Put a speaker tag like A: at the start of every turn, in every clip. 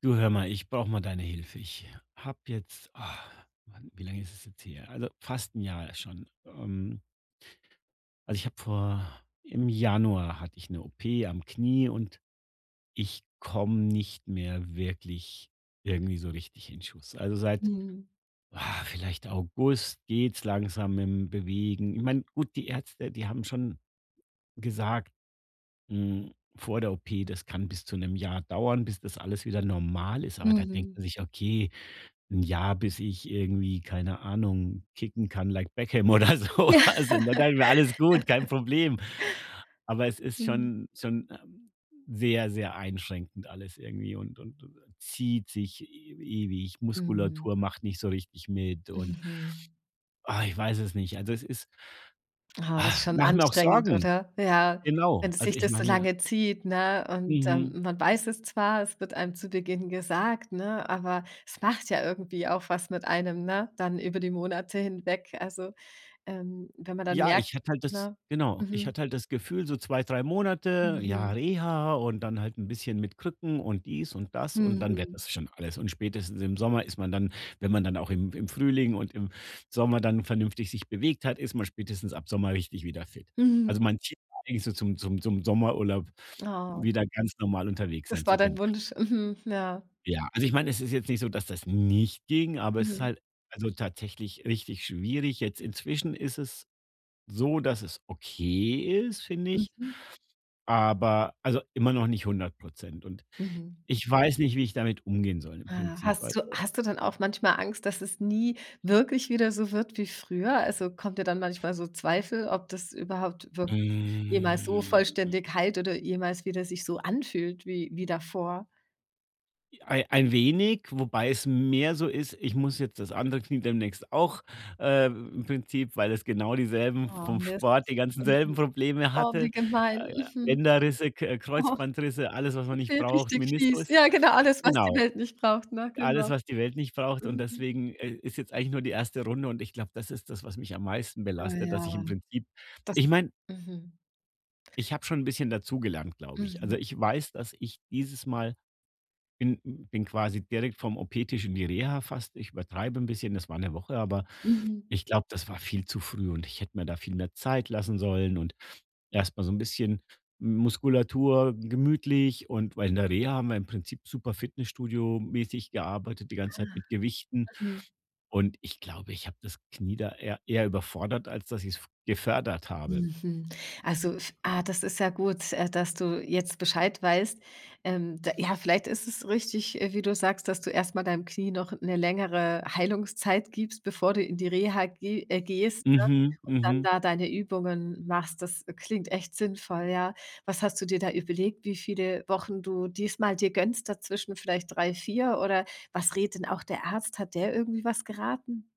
A: Du, hör mal, ich brauche mal deine Hilfe. Ich habe jetzt, Mann, wie lange ist es jetzt her? Also fast ein Jahr schon. Also ich habe vor, im Januar hatte ich eine OP am Knie und ich komme nicht mehr wirklich irgendwie so richtig in Schuss. Also seit
B: Mhm.
A: vielleicht August geht's langsam im Bewegen. Ich meine, gut, die Ärzte, die haben schon gesagt, mh, vor der OP, das kann bis zu einem Jahr dauern, bis das alles wieder normal ist. Aber da denkt man
B: Mhm.
A: sich, okay, ein Jahr, bis ich irgendwie, keine Ahnung, kicken kann like Beckham oder so.
B: Ja.
A: Und dann dachte wir: „Alles gut, kein Problem." Aber es ist
B: Mhm.
A: schon, sehr, sehr einschränkend alles irgendwie und zieht sich e ewig.
B: Mhm.
A: Muskulatur macht nicht so richtig mit und,
B: Mhm.
A: ich weiß es nicht. Also, es ist,
B: Ah, das ist schon
A: mache mir auch
B: anstrengend,
A: Sorgen.
B: oder? Ja, wenn
A: Genau.
B: es
A: Also,
B: sich
A: ich
B: das
A: mache
B: so
A: mir.
B: lange zieht, ne? Und,
A: Mhm.
B: man weiß es zwar, es wird einem zu Beginn gesagt, ne, aber es macht ja irgendwie auch was mit einem, ne, dann über die Monate hinweg. Also, wenn man dann
A: Ja,
B: merkt, ne?
A: ich
B: Mhm.
A: hatte halt das Gefühl, so 2, 3 Monate, ja,
B: Mhm.
A: Reha und dann halt ein bisschen mit Krücken und dies und das und dann wird
B: Mhm.
A: das schon alles. Und spätestens im Sommer ist man dann. Wenn man dann auch im Frühling und im Sommer dann vernünftig sich bewegt hat, ist man spätestens ab Sommer richtig wieder fit.
B: Mhm.
A: Also, mein Ziel war eigentlich so zum Sommerurlaub
B: Oh,
A: wieder ganz normal unterwegs sein
B: das war
A: zu
B: dein
A: können.
B: Wunsch. Mhm. Ja.
A: Ja, also, ich meine, es ist jetzt nicht so, dass das nicht ging, aber es ist
B: Mhm.
A: halt, also, tatsächlich richtig schwierig. Jetzt inzwischen ist es so, dass es okay ist, finde ich,
B: Mhm.
A: aber also immer noch nicht 100%. Und
B: Mhm.
A: ich weiß nicht, wie ich damit umgehen soll im
B: Ah,
A: Prinzip.
B: hast du
A: Also,
B: hast du dann auch manchmal Angst, dass es nie wirklich wieder so wird wie früher? Also, kommt dir dann manchmal so Zweifel, ob das überhaupt wirklich jemals so
A: hm,
B: vollständig heilt oder jemals wieder sich so anfühlt wie davor?
A: ei ein wenig, wobei es mehr so ist, ich muss jetzt das andere Knie demnächst auch, im Prinzip, weil es genau dieselben
B: Oh,
A: vom
B: Mist.
A: Sport die ganzen
B: Mhm.
A: selben Probleme
B: Oh, wie
A: hatte.
B: gemein.
A: Äh,
B: Mhm.
A: Bänderrisse, K
B: Oh,
A: Kreuzbandrisse, alles, was man nicht
B: okay,
A: braucht,
B: richtig fies.
A: Meniskus.
B: Ja, genau, alles, was die
A: Genau.
B: Welt nicht braucht, ne?
A: Alles,
B: Genau.
A: was die Welt nicht braucht, und
B: Mhm.
A: deswegen, ist jetzt eigentlich nur die erste Runde, und ich glaube, das ist das, was mich am meisten
B: Ah
A: belastet, dass ich
B: ja,
A: im Prinzip.
B: das
A: Ich meine,
B: mhm.
A: ich habe schon ein bisschen dazugelernt, glaube ich.
B: Mhm.
A: Also, ich weiß, dass ich dieses Mal bin quasi direkt vom OP-Tisch in die Reha fast. Ich übertreibe ein bisschen, das war eine Woche, aber
B: Mhm.
A: ich glaube, das war viel zu früh, und ich hätte mir da viel mehr Zeit lassen sollen und erst mal so ein bisschen Muskulatur gemütlich, und weil in der Reha haben wir im Prinzip super Fitnessstudio-mäßig gearbeitet, die ganze Zeit mit Gewichten.
B: Mhm.
A: Und ich glaube, ich habe das Knie da eher überfordert, als dass ich es gefördert habe.
B: Mhm. Also, das ist ja gut, dass du jetzt Bescheid weißt. Da ja, vielleicht ist es richtig, wie du sagst, dass du erst mal deinem Knie noch eine längere Heilungszeit gibst, bevor du in die Reha gehst, ne,
A: Mhm,
B: und dann
A: mhm.
B: da deine Übungen machst. Das klingt echt sinnvoll, ja. Was hast du dir da überlegt, wie viele Wochen du diesmal dir gönnst, dazwischen vielleicht 3, 4 oder was redet denn auch der Arzt? Hat der irgendwie was geraten?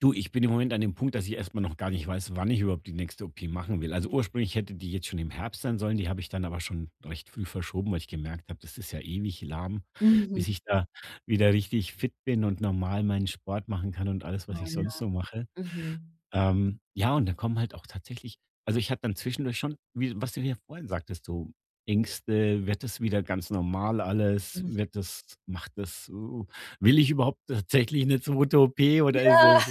A: Du, ich bin im Moment an dem Punkt, dass ich erst mal noch gar nicht weiß, wann ich überhaupt die nächste OP machen will. Also ursprünglich hätte die jetzt schon im Herbst sein sollen, die habe ich dann aber schon recht früh verschoben, weil ich gemerkt habe, das ist ja ewig lahm,
B: Mhm.
A: bis ich da wieder richtig fit bin und normal meinen Sport machen kann und alles, was
B: Ah
A: ich
B: ja,
A: sonst so mache.
B: mhm.
A: Ja, und dann kommen halt auch tatsächlich, also, ich hatte dann zwischendurch schon, wie was du ja vorhin sagtest, so Ängste: „Wird das wieder ganz normal alles?
B: Mhm.
A: Wird das? Macht das? W Will ich überhaupt tatsächlich 'ne 2. OP? Oder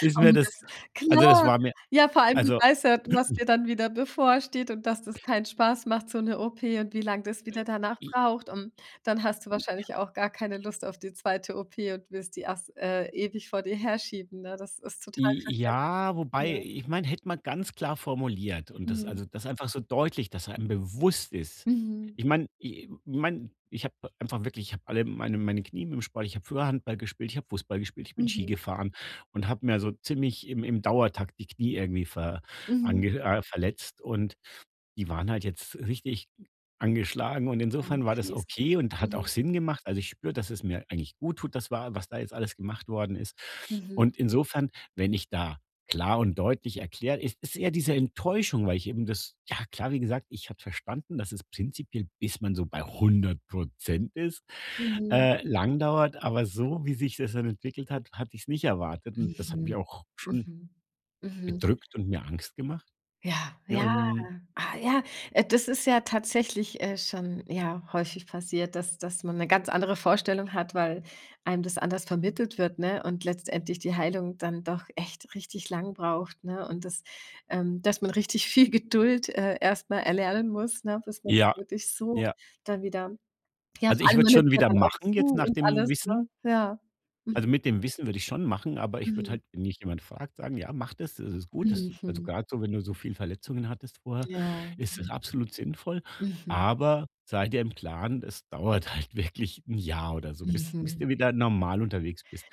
A: ist mir
B: Oh,
A: das?"
B: das
A: Also, das
B: klar.
A: war mir,
B: Ja, vor allem, du
A: also,
B: weißt ja, was dir dann wieder bevorsteht und dass das keinen Spaß macht, so 'ne OP und wie lang das wieder danach
A: i
B: braucht. Und dann hast du wahrscheinlich auch gar keine Lust auf die zweite OP und willst die erst, ewig vor dir herschieben, ne? Das ist total
A: I
B: verstehe.
A: ja, wobei ich meine, hätte man ganz klar formuliert und das,
B: Mhm.
A: also, das einfach so deutlich, dass er einem bewusst ist.
B: Mhm.
A: Ich meine, ich habe einfach wirklich, ich habe alle meine Knie im Sport. Ich habe früher Handball gespielt, ich habe Fußball gespielt, ich bin
B: Mhm.
A: Ski gefahren und habe mir so ziemlich im Dauertakt die Knie irgendwie
B: Mhm.
A: verletzt, und die waren halt jetzt richtig angeschlagen, und
B: Oh,
A: insofern war das
B: fies.
A: okay und hat auch
B: Mhm.
A: Sinn gemacht. Also, ich spüre, dass es mir eigentlich gut tut, das, war was da jetzt alles gemacht worden ist,
B: Mhm.
A: und insofern, wenn ich da klar und deutlich erklärt, es ist eher diese Enttäuschung, weil ich eben das, ja klar, wie gesagt, ich hatte verstanden, dass es prinzipiell, bis man so bei 100% ist,
B: Mhm.
A: lang dauert, aber so, wie sich das dann entwickelt hat, hatte ich es nicht erwartet, und das hat mich
B: Mhm.
A: auch schon
B: Mhm. Mhm. Mhm.
A: bedrückt und mir Angst gemacht.
B: Ja, ja.
A: Ähm,
B: Ah, ja, das ist ja tatsächlich, schon, ja, häufig passiert, dass man eine ganz andere Vorstellung hat, weil einem das anders vermittelt wird, ne, und letztendlich die Heilung dann doch echt richtig lang braucht, ne, und das, dass man richtig viel Geduld, erst erlernen muss, ne, bis man
A: ja,
B: wirklich so
A: ja.
B: dann wieder ja,
A: Also,
B: vor
A: ich
B: allem
A: würde es
B: man nimmt
A: schon
B: ja
A: wieder
B: dann auch
A: machen
B: zu
A: jetzt nach
B: und
A: dem
B: alles, ne?
A: Wissen.
B: Ja. Mhm,
A: Also, mit dem Wissen würde ich schon machen, aber ich würde
B: mhm,
A: halt, wenn mich jemand fragt, sagen: „Ja, mach das, das ist gut."
B: mhm,
A: Das, also,
B: mhm.
A: gerade so, wenn du so viel Verletzungen hattest vorher,
B: Ja,
A: ist das
B: mhm,
A: absolut sinnvoll.
B: mhm,
A: Aber sei dir im Klaren, das dauert halt wirklich ein Jahr oder so, bis
B: mhm.
A: du wieder normal unterwegs bist.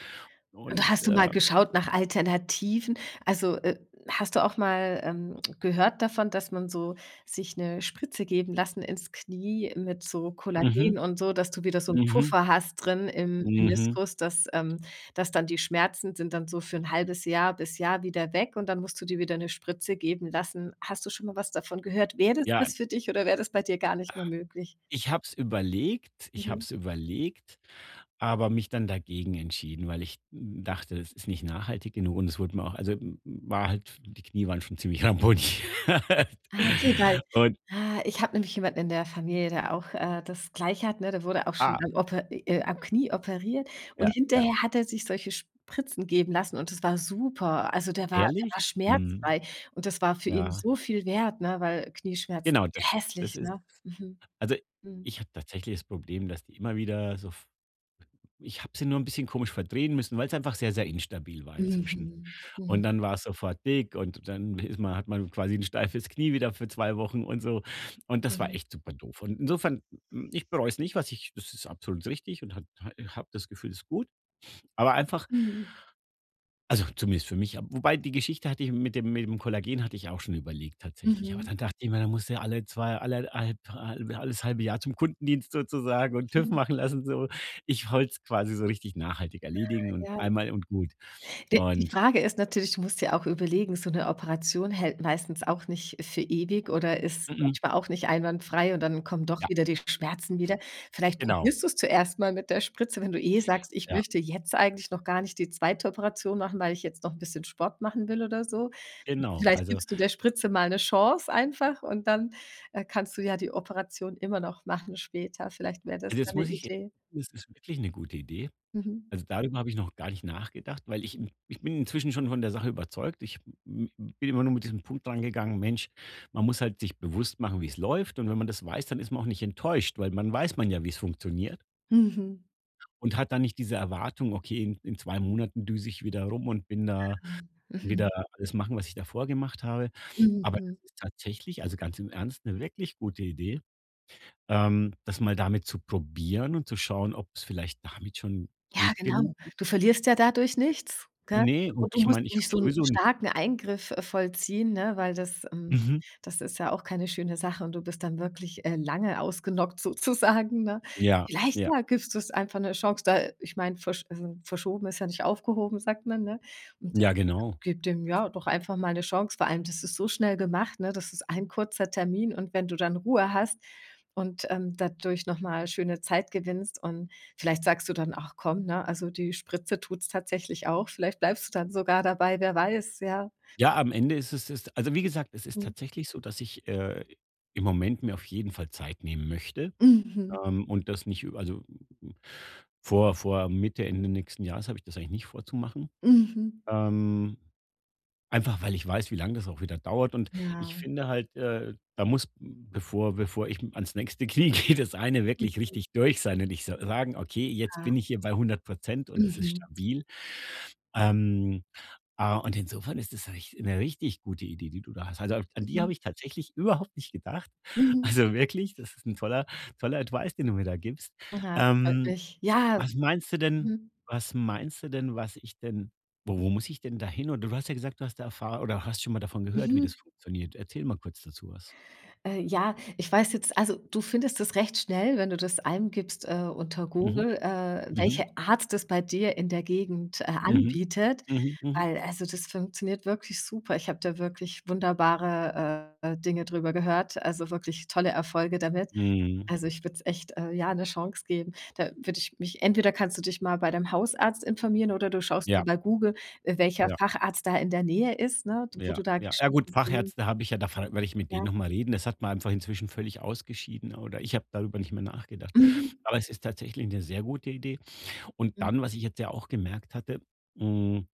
B: Und
A: Und,
B: hast du mal geschaut nach Alternativen? Also, hast du auch mal, gehört davon, dass man so sich eine Spritze geben lassen ins Knie mit so
A: mhm,
B: Kollagen und so, dass du wieder so 'n
A: mhm,
B: Puffer hast drin im
A: mhm.
B: Meniskus, dass dann die Schmerzen sind dann so für ein halbes Jahr bis Jahr wieder weg und dann musst du dir wieder eine Spritze geben lassen. Hast du schon mal was davon gehört? Wäre das
A: Ja,
B: was für dich oder wäre das bei dir gar nicht mehr möglich?
A: ich habe es überlegt,
B: Mhm.
A: aber mich dann dagegen entschieden, weil ich dachte, es ist nicht nachhaltig genug, und es wurde mir auch, also, m war halt, die Knie waren schon ziemlich ramponiert.
B: Ah, okay, weil
A: Und
B: ich habe nämlich jemanden in der Familie, der auch, das Gleiche hat, ne? Der wurde auch schon
A: ah,
B: am oper am Knie operiert und
A: ja, ja.
B: hinterher hat er sich solche Spritzen geben lassen und das war super. Also, der war der
A: Ehrlich?
B: war
A: Mhm,
B: schmerzfrei und das war für ihn
A: ja.
B: so viel wert, ne, weil Knieschmerzen
A: Genau,
B: sind ja
A: das
B: hässlich,
A: ist,
B: ne? Mhm,
A: also,
B: mhm.
A: ich habe tatsächlich das Problem, dass die immer wieder so f ich habe sie nur ein bisschen komisch verdrehen müssen, weil es einfach sehr, sehr instabil war inzwischen.
B: Mhm. Mhm,
A: Und dann war es sofort dick, und dann ist man hat man quasi ein steifes Knie wieder für 2 Wochen und so. Und das war
B: mhm.
A: echt super doof. Und insofern, ich bereue es nicht, was ich, das ist absolut richtig, und habe das Gefühl, es ist gut. Aber einfach,
B: Mhm.
A: also, zumindest für mich. Wobei die Geschichte, hatte ich mit dem, Kollagen hatte ich auch schon überlegt tatsächlich. Aber
B: Mhm.
A: dann dachte ich mir, da musst du ja alle 2 alle halb halbe alles halbe Jahr zum Kundendienst sozusagen und TÜV
B: Mhm.
A: machen lassen so. Ich wollte es quasi so richtig nachhaltig erledigen und
B: Ja.
A: einmal und gut.
B: D die
A: Und,
B: Frage ist natürlich du musst ja auch überlegen, so 'ne Operation hält meistens auch nicht für ewig oder ist
A: mm, mm,
B: manchmal auch nicht einwandfrei und dann kommen doch
A: ja,
B: wieder die Schmerzen wieder. Vielleicht
A: genau.
B: probierst du's zuerst mal mit der Spritze, wenn du eh sagst: „Ich möchte jetzt eigentlich noch gar nicht die zweite Operation machen, weil ich jetzt noch 'n bisschen Sport machen will oder so."
A: Genau,
B: Vielleicht
A: also
B: gibst du der Spritze mal 'ne Chance einfach und dann, kannst du ja die Operation immer noch machen später. Vielleicht wäre das
A: also
B: ja
A: jetzt
B: 'ne
A: muss ich,
B: Idee.
A: das ist wirklich eine gute Idee.
B: Mhm.
A: Also, darüber habe ich noch gar nicht nachgedacht, weil ich bin inzwischen schon von der Sache überzeugt. Ich m bin immer nur mit diesem Punkt rangegangen: „Mensch, man muss halt sich bewusst machen, wie es läuft." Und wenn man das weiß, dann ist man auch nicht enttäuscht, weil man weiß man ja, wie es funktioniert,
B: Mhm.
A: und hat dann nicht diese Erwartung: „Okay, in 2 Monaten düse ich wieder rum, und bin da kann
B: Mhm.
A: wieder alles machen, was ich davor gemacht habe." Aber
B: Mhm.
A: das ist tatsächlich, also ganz im Ernst, eine wirklich gute Idee. Das mal damit zu probieren und zu schauen, ob es vielleicht damit schon
B: Ja,
A: gut genug,
B: genau. Du verlierst ja dadurch nichts, gell?
A: nee, und
B: Und du
A: ich
B: musst
A: meine, ich habe
B: nicht so
A: ja
B: 'n
A: sowieso nicht.
B: starken Eingriff, vollziehen, ne, weil das ähm,
A: Mhm.
B: das ist ja auch keine schöne Sache und du bist dann wirklich, lange ausgenockt sozusagen, ne?
A: Ja,
B: Vielleicht,
A: ja.
B: ja, gibst du's einfach 'ne Chance, da ich meine, versch also, verschoben ist ja nicht aufgehoben, sagt man, ne? Und
A: Ja, genau.
B: gib dem, ja, doch einfach mal eine Chance. Vor allem, das ist so schnell gemacht, ne? Das ist ein kurzer Termin und wenn du dann Ruhe hast und, dadurch noch mal schöne Zeit gewinnst und vielleicht sagst du dann: „Ach komm, ne, also die Spritze tut's tatsächlich auch." Vielleicht bleibst du dann sogar dabei, wer weiß, ja.
A: Ja, am Ende ist es, ist also, wie gesagt, es ist
B: Mhm.
A: tatsächlich so, dass ich, im Moment mir auf jeden Fall Zeit nehmen möchte,
B: Mhm.
A: und das nicht über, also, m, vor Mitte, Ende nächsten Jahres habe ich das eigentlich nicht vor zu machen.
B: Mhm.
A: Ähm Einfach, weil ich weiß, wie lange das auch wieder dauert, und ich
B: Ja.
A: finde halt, da muss, bevor ich ans nächste Knie gehe, das eine wirklich richtig durch sein, und ich sa sagen: „Okay, jetzt
B: Ja.
A: bin ich hier bei 100 und es ist
B: Mhm.
A: stabil." Ähm, und insofern ist das rich 'ne richtig gute Idee, die du da hast. Also, an die
B: Mhm.
A: habe ich tatsächlich überhaupt nicht gedacht.
B: Mhm.
A: Also, wirklich, das ist ein toller toller Advice, den du mir da gibst.
B: Ja, das freut
A: Ähm
B: mich. Ja.
A: was meinst du denn,
B: Mhm.
A: was meinst du denn, was ich denn wo muss ich denn da hin? Oder du hast ja gesagt, du hast da Erfahr oder hast schon mal davon gehört, wie
B: Mhm.
A: das funktioniert. Erzähl mal kurz dazu was.
B: Ja, ich weiß jetzt also, du findest es recht schnell, wenn du das eingibst, unter
A: Mhm,
B: Google,
A: mhm,
B: welche Art das bei dir in der Gegend,
A: mhm,
B: anbietet,
A: mhm, mhm.
B: weil also, das funktioniert wirklich super. Ich habe da wirklich wunderbare, Dinge drüber gehört, also, wirklich tolle Erfolge damit.
A: Mhm.
B: Also, ich würde es echt, ja, eine Chance geben. Da würde ich mich entweder kannst du dich mal bei deinem Hausarzt informieren oder du schaust mal
A: Ja,
B: bei Google, welcher
A: ja,
B: Facharzt da in der Nähe ist, ne, wo
A: ja,
B: du da
A: ja. Ja gut,
B: geschnitten
A: Fachärzte habe ich ja, da werde ich mit
B: ja.
A: denen noch mal reden. Das hat man einfach inzwischen völlig ausgeschieden, oder ich habe darüber nicht mehr nachgedacht.
B: Mhm.
A: Aber es ist tatsächlich eine sehr gute Idee. Und
B: Mhm.
A: dann, was ich jetzt ja auch gemerkt hatte. hm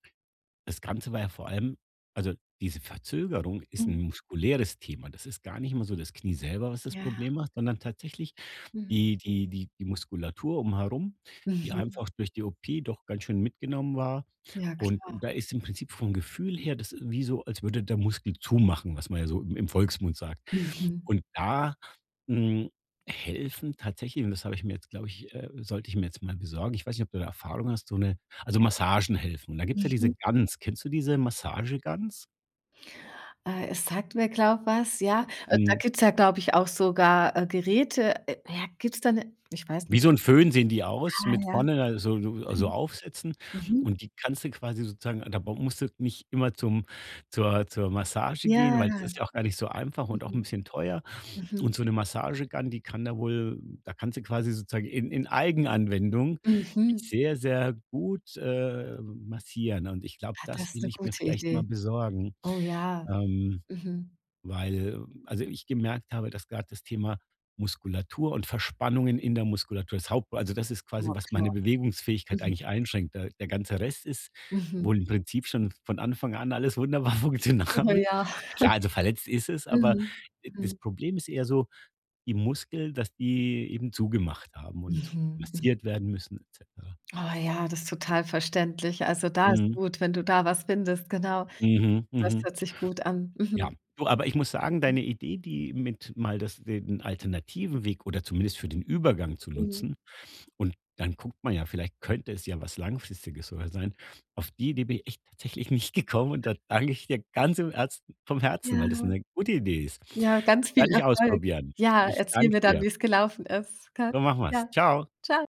A: Das Ganze war ja vor allem, also, diese Verzögerung ist
B: Mhm.
A: ein muskuläres Thema. Das ist gar nicht mal so das Knie selber, was das
B: Ja.
A: Problem macht, sondern tatsächlich
B: Mhm.
A: die Muskulatur umherum, die
B: Mhm.
A: einfach durch die OP doch ganz schön mitgenommen war.
B: Ja
A: Und
B: klar.
A: und da ist im Prinzip vom Gefühl her, das ist wie so, als würde der Muskel zumachen, was man ja so im Volksmund sagt.
B: Mhm.
A: Und da, hm, helfen tatsächlich, und das habe ich mir jetzt, glaube ich, sollte ich mir jetzt mal besorgen. Ich weiß nicht, ob du da Erfahrung hast, so eine, also, Massagen helfen. Und da gibt's ja diese
B: Mhm.
A: Gans. Kennst du diese Massagegans?
B: Es sagt mir, glaube was, ja. Da
A: Hm,
B: gibt's ja, glaube ich, auch sogar, Geräte. Ja, gibt's da 'ne ich weiß
A: wie
B: nicht.
A: so ein Föhn sehen die aus,
B: Ah
A: mit
B: ja,
A: vorne da so
B: mhm.
A: Aufsätzen,
B: Mhm.
A: und die kannst du quasi sozusagen da, ba musst du nicht immer zum, zur Massage gehen, weil das
B: Ja.
A: ist ja auch gar nicht so einfach und auch
B: Mhm.
A: ein bisschen teuer.
B: Mhm.
A: Und so 'ne Massagegun, die kann da wohl, da kannst du quasi sozusagen in Eigenanwendung dich
B: Mhm.
A: sehr, sehr gut, massieren. Und ich glaube,
B: Ah,
A: das
B: das ist
A: will
B: 'ne
A: ich mir
B: gute
A: vielleicht mal
B: Idee.
A: besorgen,
B: Oh ja.
A: ähm,
B: Mhm.
A: weil, also, ich gemerkt habe, dass grad das Thema Muskulatur und Verspannungen in der Muskulatur, das Haupt, also, das ist quasi,
B: Oh
A: was
B: klar.
A: meine Bewegungsfähigkeit
B: Mhm.
A: eigentlich einschränkt. Der ganze Rest ist
B: Mhm.
A: wohl im Prinzip schon von Anfang an alles wunderbar
B: Oh
A: funktionabel.
B: ja.
A: Klar, also, verletzt ist es, aber,
B: Mhm.
A: das
B: Mhm.
A: Problem ist eher so die Muskeln, dass die eben zugemacht haben und
B: Mhm.
A: massiert werden müssen et cetera.
B: Oh ja, das ist total verständlich. Also, da ist
A: Mhm.
B: gut, wenn du da was findest, genau.
A: Mhm.
B: Das
A: Mhm.
B: hört sich gut an.
A: Ja.
B: Mhm.
A: Du, aber ich muss sagen, deine Idee, die mit mal das, den alternativen Weg oder zumindest für den Übergang zu
B: Mhm.
A: nutzen, und dann guckt man ja, vielleicht könnte es ja was Langfristiges sogar sein. Auf die Idee bin ich echt tatsächlich nicht gekommen, und da danke ich dir ganz im Herz, vom Herzen,
B: Ja,
A: weil das 'ne gute Idee ist.
B: ja, ganz
A: Das
B: viel
A: werde ich
B: Erfolg.
A: ausprobieren.
B: Ja,
A: Ich
B: erzähl
A: danke
B: mir dann,
A: dir.
B: wie's gelaufen ist, gell?
A: So machen wir's.
B: Ja,
A: Tschau.
B: tschau.